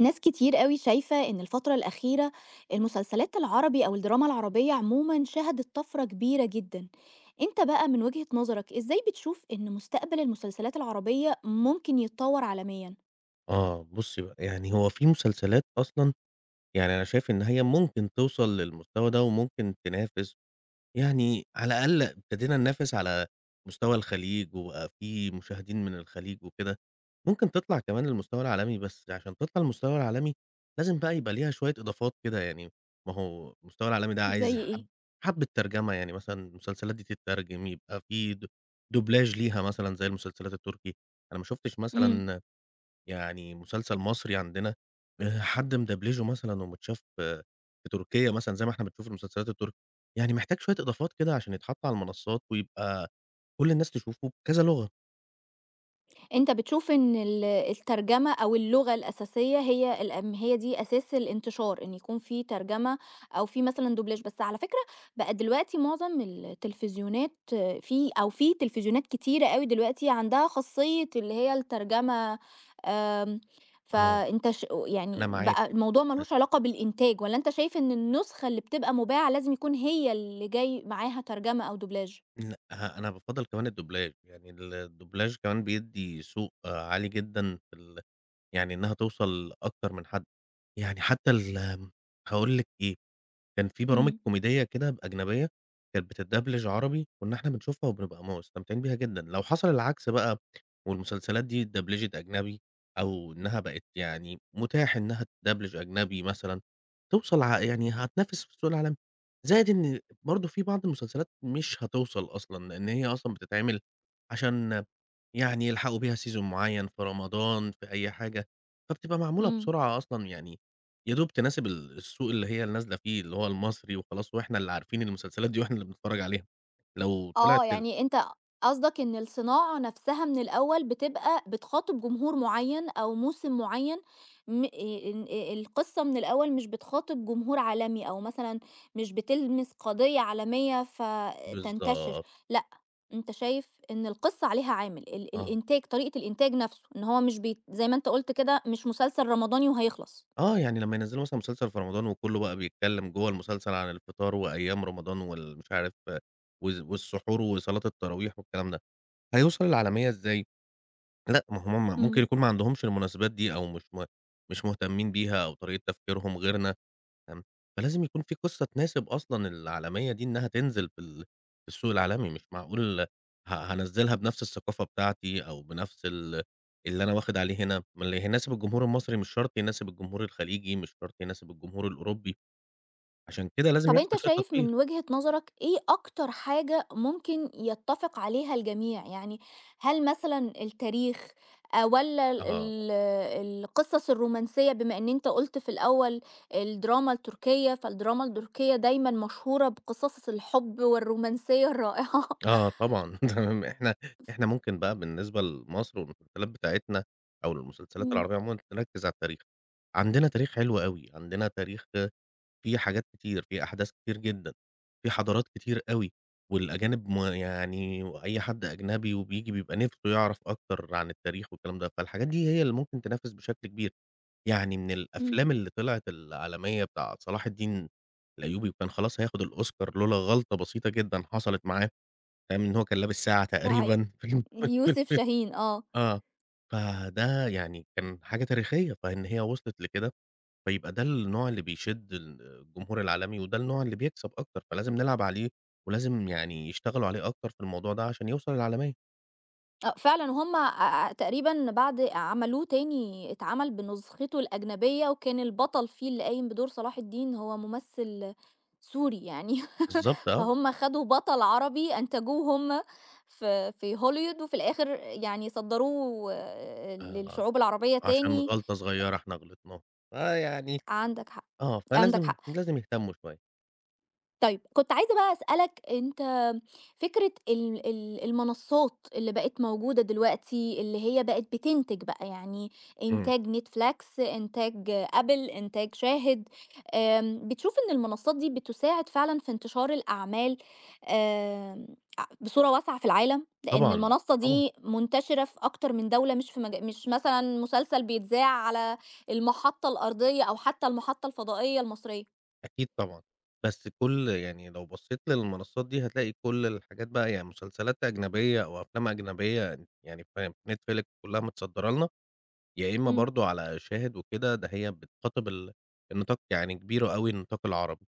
ناس كتير قوي شايفة إن الفترة الأخيرة المسلسلات العربي أو الدراما العربية عموما شهدت طفرة كبيرة جدا. انت بقى من وجهة نظرك ازاي بتشوف إن مستقبل المسلسلات العربية ممكن يتطور عالميا؟ آه، بُصّي بقى، يعني هو في مسلسلات أصلًا يعني أنا شايف إن هي ممكن توصل للمستوى ده وممكن تنافس، يعني على الأقل ابتدينا ننافس على مستوى الخليج وبقى في مشاهدين من الخليج وكده، ممكن تطلع كمان للمستوى العالمي، بس عشان تطلع للمستوى العالمي لازم بقى يبقى ليها شوية إضافات كده يعني، ما هو المستوى العالمي ده عايز زي ايه؟ حبّة ترجمة، يعني مثلًا المسلسلات دي تترجم، يبقى في دوبلاچ ليها مثلًا زي المسلسلات التركي، أنا ما شُفتش مم. مثلًا يعني مسلسل مصري عندنا حد مدبلِجُه مثلًا ومتشاف في تركيا مثلًا زي ما إحنا بنشوف المسلسلات التركي، يعني محتاج شوية إضافات كده عشان يتحط على المنصات ويبقى كل الناس تشوفه بكذا لغة. أنت بتشوف إن الترجمة أو اللغة الأساسية هي الأم، هي دي أساس الانتشار، إن يكون في ترجمة أو في مثلًا دوبلاچ، بس على فكرة بقى دلوقتي معظم التلفزيونات، في تلفزيونات كتيرة أوي دلوقتي عندها خاصية اللي هي الترجمة. آمم، آه، فأنت يعني أنا معاكِ. بقى الموضوع ما بس لهوش علاقة بالإنتاج، والّا أنت شايف إن النسخة اللي بتبقى مُباعة لازم يكون هي اللي جاي معاها ترجمة أو دوبلاچ؟ لأ، أنا بافضّل كمان الدوبلاج، يعني الدوبلاج كمان بيدّي سوق عالي جدًا في يعني إنّها توصل لأكتر من حد. يعني حتى ال آمم هاقول لِك إيه، كان في برامج إمم. كوميدية كده أجنبية، كانت بتتدبلج عربي، كنا إحنا بنشوفها وبنبقى مستمتعين بيها جدًا، لو حصل العكس بقى والمسلسلات دي اتدبلجت أجنبي أو إنها بقت يعني متاح إنها تدبلج أجنبي مثلًا، توصل يعني هتنافس في السوق العالمي، زائد إن برضه في بعض المسلسلات مش هتوصل أصلًا، لإن هي أصلًا بتتعمل عشان يعني يلحقوا بيها سيزون معين في رمضان، في أي حاجة، فبتبقى معمولة إمم. بسرعة أصلًا يعني يا دوب تناسب السوق اللي هي نازلة فيه، اللي هو المصري وخلاص وإحنا اللي عارفين المسلسلات دي وإحنا اللي بنتفرّج عليها، لو طلعت آه، يعني أنت قصدك إن الصناعة نفْسها من الأول بتبقى بتخاطب جمهور معيّن أو موسم معيّن، م إن القصة من الأول مش بتخاطب جمهور عالمي أو مثلًا مش بتلمس قضية عالمية فتنتشر. بالضبط، لأ، أنت شايف إن القصة عليها عامل، ال آه. الإنتاج طريقة الإنتاج نفْسه، إن هو مش بيت زي ما أنت قُلت كده، مش مسلسل رمضاني وهيخلص. آه، يعني لمّا ينزّلوا مثلًا مسلسل في رمضان وكُلّه بقى بيتكلّم جوّه المسلسل عن الفطار وأيام رمضان مش عارف والسحور وصلاة التراويح والكلام ده، هيوصل للعالمية إزاي؟ لأ، ما هم إمم. ممكن يكون ما عندهمش المناسبات دي أو مش مهتمين بيها أو طريقة تفكيرهم غيرنا. تمام، فلازم يكون في قصة تناسب أصلًا العالمية دي إنها تنزل في في السوق العالمي، مش معقول هانزّلها بنفس الثقافة بتاعتي أو بنفس اللي أنا واخد عليه هنا، ما اللي هيناسب الجمهور المصري مش شرط يناسب الجمهور الخليجي، مش شرط يناسب الجمهور الأوروبي، عشان كده لازم طب أنت يحصل شوية شايف تطوير. من وجهة نظرك إيه أكتر حاجة ممكن يتفق عليها الجميع؟ يعني هل مثلًا التاريخ والّا ال آه، ال القصص الرومانسية، بما إن أنت قُلت في الأول الدراما التركية، فالدراما التركية دايمًا مشهورة بقصص الحب والرومانسية الرائعة. آه طبعًا تمام، إحنا ممكن بقى بالنسبة لمصر والمسلسلات بتاعتنا أو المسلسلات إمم. العربية عمومًا نركّز على التاريخ، عندنا تاريخ حلو أوي، عندنا تاريخ في حاجات كتير، في أحداث كتير جدًا، في حضارات كتير أوي، والأجانب ما يعني وأي حد أجنبي وبييجي بيبقى نِفْسه يعرف أكتر عن التاريخ والكلام ده، فالحاجات دي هي اللي ممكن تنافس بشكل كبير. يعني من إمم. الأفلام اللي طلعت العالمية بتاع صلاح الدين الأيوبي وكان خلاص هياخد الأوسكار لولا غلطة بسيطة جدًا حصلت معاه، فاهم، إن هو كان لابس ساعة بتاع تقريبًا في في يوسف الفيلم شاهين، آه. آه، فده يعني كان حاجة تاريخية، فإن هي وصلت لكده فيبقى ده النوع اللي بيشد الجمهور العالمي، وده النوع اللي بيكسب أكتر، فلازم نلعب عليه، ولازم يعني يشتغلوا عليه أكتر في الموضوع ده عشان يوصل للعالمية. آه، فعلًا، وهُم تقريبًا بعد عملوه تاني اتعمل بنسخته الأجنبية، وكان البطل فيه اللي قايم بدور صلاح الدين هو ممثل سوري يعني، بالضبط آه، فهُم خدوا بطل عربي أنتجوه هُم في هوليوود، وفي الآخر يعني صدّروه، آه، للشعوب العربية عشان تاني. غلطة صغيرة إحنا غلطناها، فيعني عندك حق. عندك فلازم حق. لازم يهتموا شوية. طيب كنت عايزة بقى أسألك، أنت فكرة ال ال المنصات اللي بقت موجودة دلوقتي، اللي هي بقت بتنتج بقى، يعني إمم، إنتاج نتفليكس، إنتاج أبل، إنتاج شاهد. بتشوف إن المنصات دي بتساعد فعلا في انتشار الأعمال، آم، بصورة واسعة في العالم، لأن طبعًا، المنصة طبعًا، دي منتشرة في أكتر من دولة، مش في مج... مش مثلا مسلسل بيتذاع على المحطة الأرضية أو حتى المحطة الفضائية المصرية. أكيد طبعًا، بس كل يعني لو بصيت للمنصات دي هتلاقي كل الحاجات بقى يعني مسلسلات أجنبية أو أفلام أجنبية يعني في Netflix كلها متصدرة لنا. يا إما امم برضه على شاهد وكده، ده هي بتخاطب النطاق يعني كبير أوي النطاق العربي،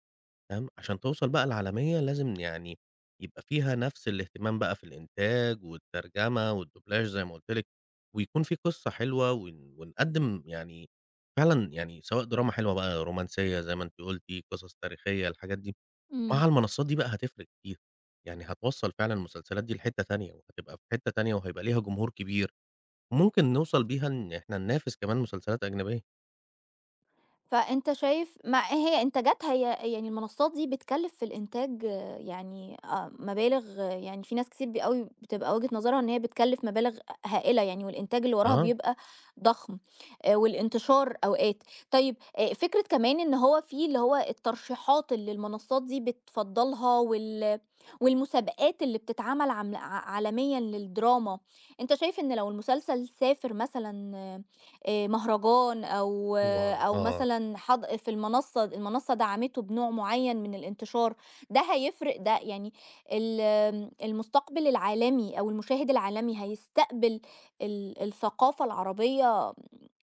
تمام، عشان توصل بقى العالمية لازم يعني يبقى فيها نفس الاهتمام بقى في الإنتاج والترجمة والدوبلاج زي ما قُلت لِك، ويكون في قصة حلوة ونقدّم يعني فعلًا يعني سواء دراما حلوة بقى، رومانسية زي ما أنتِ قُلتِ، قصص تاريخية، الحاجات دي، إمم. مع المنصات دي بقى هتفرق كتير، يعني هتوصّل فعلًا المسلسلات دي لحتّة تانية، وهتبقى في حتّة تانية وهيبقى ليها جمهور كبير. ممكن نوصل بيها إن إحنا ننافس كمان مسلسلات أجنبية. فأنت شايف مع هي إنتاجاتها هي، يعني المنصات دي بتكلف في الإنتاج، يعني مبالغ، يعني في ناس كتير أوي بتبقى وجهة نظرها إن هي بتكلف مبالغ هائلة يعني، والإنتاج اللي وراها آه، بيبقى ضخم، والانتشار أوقات. طيب، فكرة كمان إن هو في اللي هو الترشيحات اللي المنصات دي بتفضلها، والمسابقات اللي بتتعمل عالميا للدراما. أنت شايف إن لو المسلسل سافر مثلا مهرجان، أو طبعًا، آه، مثلًا في المنصة دعمته بنوع معيّن من الانتشار، ده هيفرق؟ ده يعني ال آمم المستقبل العالمي أو المشاهد العالمي هيستقبل الثقافة العربية،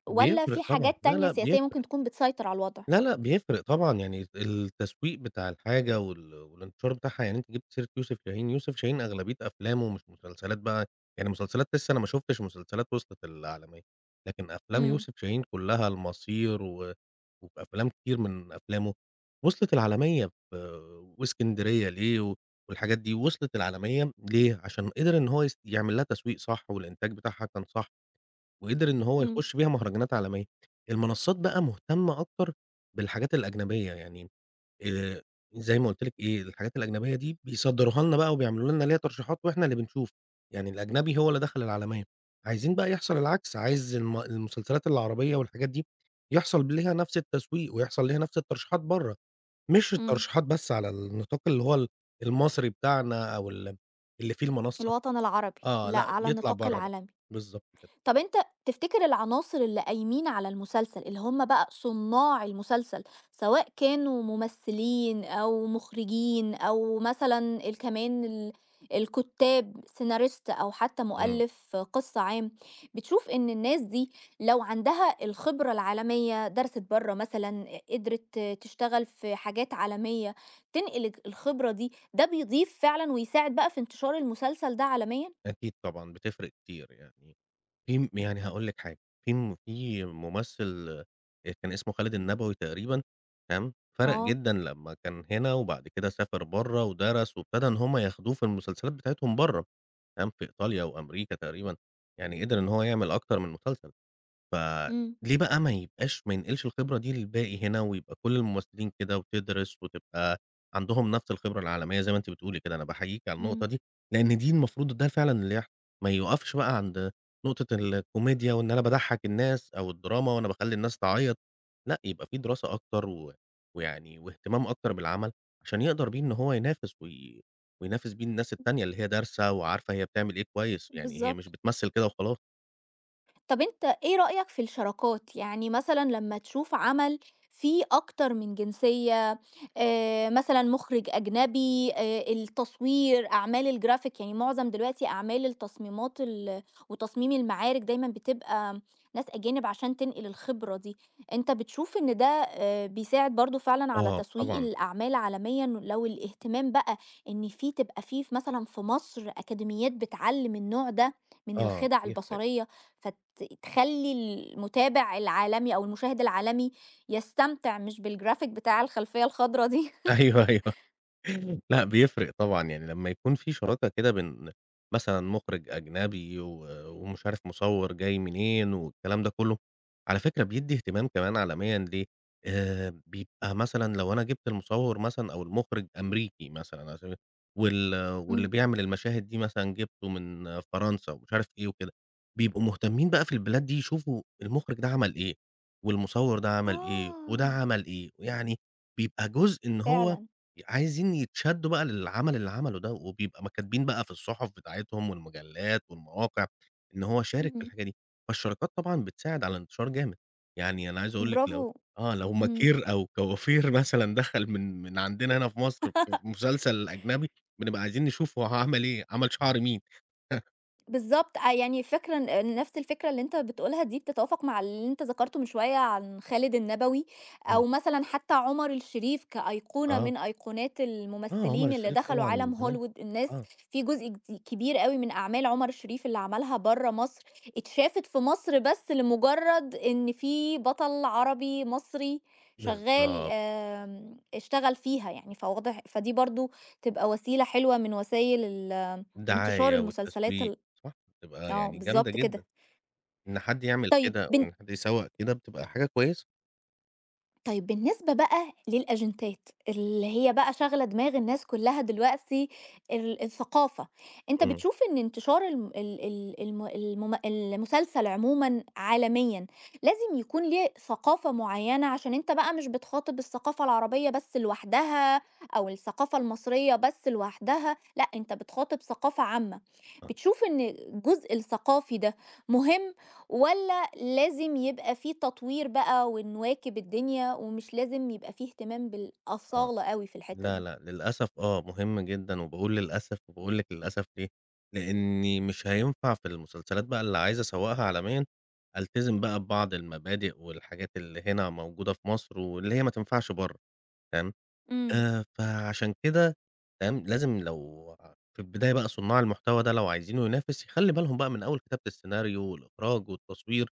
والّا بيفرق في طبعًا، حاجات لا، تانية لأ سياسية ممكن بيفرق. تكون بتسيطر على الوضع؟ لا، لأ، بيفرق طبعًا، يعني التسويق بتاع الحاجة والانتشار بتاعها، يعني أنتِ جبتِ سيرة يوسف شاهين، يوسف شاهين أغلبية أفلامه مش مسلسلات بقى، يعني مسلسلات لسه أنا ما شُفتش مسلسلات وصلت العالمية، لكن أفلام إمم. يوسف شاهين كلّها المصير وأفلام كتير من أفلامه وصلت العالمية وإسكندرية ليه والحاجات دي وصلت العالمية ليه؟ عشان قدر إن هو يعمل لها تسويق صح والإنتاج بتاعها كان صح. وقدر إن هو إمم. يخش بيها مهرجانات عالمية. المنصات بقى مهتمة أكتر بالحاجات الأجنبية، يعني آآ زي ما قُلت لِك إيه، الحاجات الأجنبية دي بيصدّروها لنا بقى وبيعملوا لنا ليها ترشيحات وإحنا اللي بنشوف، يعني الأجنبي هو اللي دخل العالمية. عايزين بقى يحصل العكس، عايز المسلسلات العربية والحاجات دي يحصل ليها نفس التسويق ويحصل ليها نفس الترشيحات برّه، مش إمم. الترشيحات بس على النطاق اللي هو المصري بتاعنا أو اللي فيه المنصة. الوطن العربي، آه، لأ، لأ، على يطلع النطاق برّه بقى. العالمي. بالضبط كده. طب أنت تفتكر العناصر اللي قايمين على المسلسل، اللي هم بقى صناع المسلسل، سواء كانوا ممثلين أو مخرجين، أو مثلًا كمان الكُتّاب سيناريست، أو حتى إمم. مؤلف قصة عام، بتشوف إن الناس دي لو عندها الخبرة العالمية، درست برّه مثلًا، قدرت تشتغل في حاجات عالمية، تنقل الخبرة دي، ده بيضيف فعلًا ويساعد بقى في انتشار المسلسل ده عالميًا؟ أكيد طبعًا، بتفرق كتير يعني. في م يعني هاقول لِك حاجة، في ممثل كان اسمه خالد النبوي تقريبًا، تمام، فرق آه. جدًا لمّا كان هنا وبعد كده سافر برّه ودرس وابتدى إن هم ياخدوه في المسلسلات بتاعتهم برّه، تمام، في إيطاليا وأمريكا تقريبًا، يعني قدر إن هو يعمل أكتر من مسلسل. إمم. فليه بقى ما يبقاش ما ينقلش الخبرة دي للباقي هنا، ويبقى كل الممثلين كده وتدرس وتبقى عندهم نفس الخبرة العالمية زي ما أنتِ بتقولي كده، أنا باحييكِ على إمم. النقطة دي، لأن دي المفروض ده فعلًا اللي يحصل، ما يُقفش بقى عند نقطة الكوميديا وإن أنا باضحّك الناس أو الدراما وأنا باخلّي الناس تعيّط، لأ يبقى في دراسة أكتر ويعني واهتمام أكتر بالعمل، عشان يقدر بيه إن هو ينافس وينافس بيه الناس التانية اللي هي دارسة وعارفة هي بتعمل إيه كويس، يعني هي مش بالضبط. بتمثّل كده وخلاص. طب أنت إيه رأيك في الشراكات؟ يعني مثلًا لمّا تشوف عمل فيه أكتر من جنسية، مثلًا مُخرِج أجنبي، التصوير، أعمال الGraphic، يعني معظم دلوقتي أعمال التصميمات وتصميم المعارك دايمًا بتبقى ناس أجانب عشان تنقل الخبرة دي. أنت بتشوف إن ده بيساعد برضه فعلًا على آه تسويق طبعًا. الأعمال عالميًا؟ لو الاهتمام بقى إن في تبقى في ف مثلًا في مصر أكاديميات بتعلِّم النوع ده من آه، الخِدَع بيفرق. البصرية، فت ت تخلّي المتابع العالمي أو المشاهد العالمي يستمتع، مش بالgraphic بتاع الخلفية الخضرا دي. أيوه، أيوه. لأ بيفرق طبعًا، يعني لمّا يكون في شراكة كده بين مثلًا مُخرِج أجنبي ومش عارف مصوّر جاي منين والكلام ده كلّه، على فكرة بيدّي اهتمام كمان عالميًا ليه، بيبقى مثلًا لو أنا جِبت المصوّر مثلًا أو المُخرِج أمريكي مثلًا على سبيل إمم. واللي بيعمل المشاهد دي مثلًا جِبته من فرنسا ومش عارف إيه وكده، بيبقوا مهتمين بقى في البلاد دي يشوفوا المُخرِج ده عمل إيه، والمصوّر ده عمل إيه، وده آه، عمل إيه، ويعني بيبقى جزء إن هو فعلًا. عايزين يتشدّوا بقى للعمل اللي عمله ده، وبيبقى ما كاتبين بقى في الصُحُف بتاعتهم والمجلات والمواقع إن هو شارك في اهم. الحاجة دي، فالشراكات طبعًا بتساعد على الانتشار جامد، يعني أنا عايز أقول لِك برافو. لو إمم. ماكير أو كوافير مثلًا دخل من عندنا هنا في مصر في مسلسل أجنبي، بنبقى عايزين نشوف هو عمل إيه، عمل شعر مين بالضبط. يعني الفكرة، إن نفْس الفكرة اللي أنت بتقولها دي بتتوافق مع اللي أنت ذكرته من شوية عن خالد النبوي، إمم، أو مثلًا حتى عمر الشريف، كأيقونة آه، من أيقونات آه، عمر الممثلين اللي الشريف دخلوا طبعًا من عالم زمان، هوليوود. الناس، آه، في جزء كبير أوي من أعمال عمر الشريف اللي عملها برّه مصر، اتشافت في مصر بس لمجرد إن في بطل عربي مصري شغال بالضبط، آمم، اشتغل فيها يعني، فواضح فدي برضه تبقى وسيلة حلوة من وسايل انتشار الدعاية المسلسلات والتسويق، ال صح، بتبقى آه، يعني جامدة بالضبط كده. جدًا. إن حد يعمل طيب كده أو بن إن حد يسوّق كده بتبقى حاجة كويسة. طيب بالنسبة بقى للأجندات، اللي هي بقى شاغلة دماغ الناس كلّها دلوقتي، الثقافة، أنت إمم. بتشوف إن انتشار الم ال ال الم المم المسلسل عمومًا عالميًا، لازم يكون ليه ثقافة معيّنة، عشان أنت بقى مش بتخاطب الثقافة العربية بس لوحدها، أو الثقافة المصرية بس لوحدها، لأ، أنت بتخاطب ثقافة عامة. آه، بتشوف إن الجزء الثقافي ده مهم، والّا لازم يبقى في تطوير بقى ونواكب الدنيا، ومش لازم يبقى في اهتمام آه. بالأصالة أوي في الحتّة لا، دي؟ لأ، للأسف مهم جدًا وباقول للأسف وباقول لِك للأسف ليه، لإني مش هينفع في المسلسلات بقى اللي عايز أسوّقها عالميًا، ألتزم بقى ببعض المبادئ والحاجات اللي هنا موجودة في مصر واللي هي ما تنفعش برّه، تمام؟ إمم. فعشان كده تمام، لازم لو في البداية بقى صُناع المحتوى ده لو عايزينه ينافس يخلّي بالهم بقى من أول كتابة السيناريو والإخراج والتصوير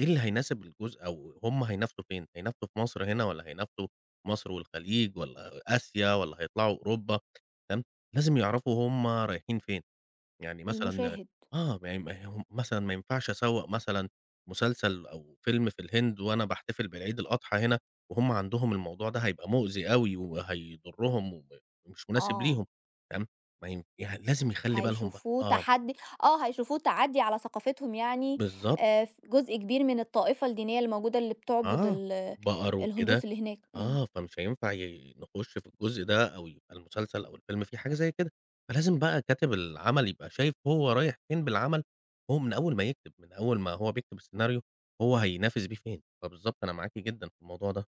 إيه اللي هيناسب الجزء أو هم هينافسوا فين؟ هينافسوا في مصر هنا والّا هينافسوا في مصر والخليج والّا آسيا والّا هيطلعوا أوروبا؟ تمام، لازم يعرفوا هم رايحين فين، يعني مثلًا المشاهد. ما ي ما ي مثلًا ما ينفعش أسوّق مثلًا مسلسل أو فيلم في الهند وأنا باحتفل بالعيد الأضحى هنا، وهم عندهم الموضوع ده هيبقى مؤذي أوي وهيضرهم ومش مناسب آه، ليهم، تمام، ما ين يعني لازم يخلّي بالهم بقى هيشوفوه آه، تحدّي آه، هيشوفوه تعدّي على ثقافتهم يعني، بالضبط، ف جزء كبير من الطائفة الدينية اللي موجودة، اللي بتعبد آه، ال بقر وكده الهندوس اللي هناك. إمم. آه، فمش هينفع نخُش في الجزء ده أو يبقى المسلسل أو الفيلم فيه حاجة زي كده، فلازم بقى كاتب العمل يبقى شايف هو رايح فين بالعمل، هو من أول ما يكتب، من أول ما هو بيكتب السيناريو هو هينافس بيه فين، فبالضبط أنا معاكِ جدًا في الموضوع ده.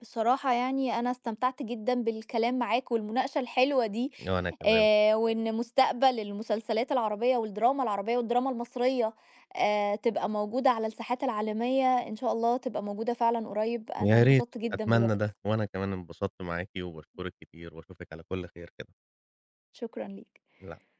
بصراحة يعني أنا استمتعت جدًا بالكلام معاك والمناقشة الحلوة دي، وأنا كمان، وإن مستقبل المسلسلات العربية والدراما العربية والدراما المصرية تبقى موجودة على الساحات العالمية، إن شاء الله تبقى موجودة فعلًا قريب. أنا يا ريت، انبسطت جدًا أتمنى بالوقت. ده، وأنا كمان انبسطت معاكِ وباشكرِك كتير وأشوفِك على كُلّ خير كده، شكرًا ليك. العفو.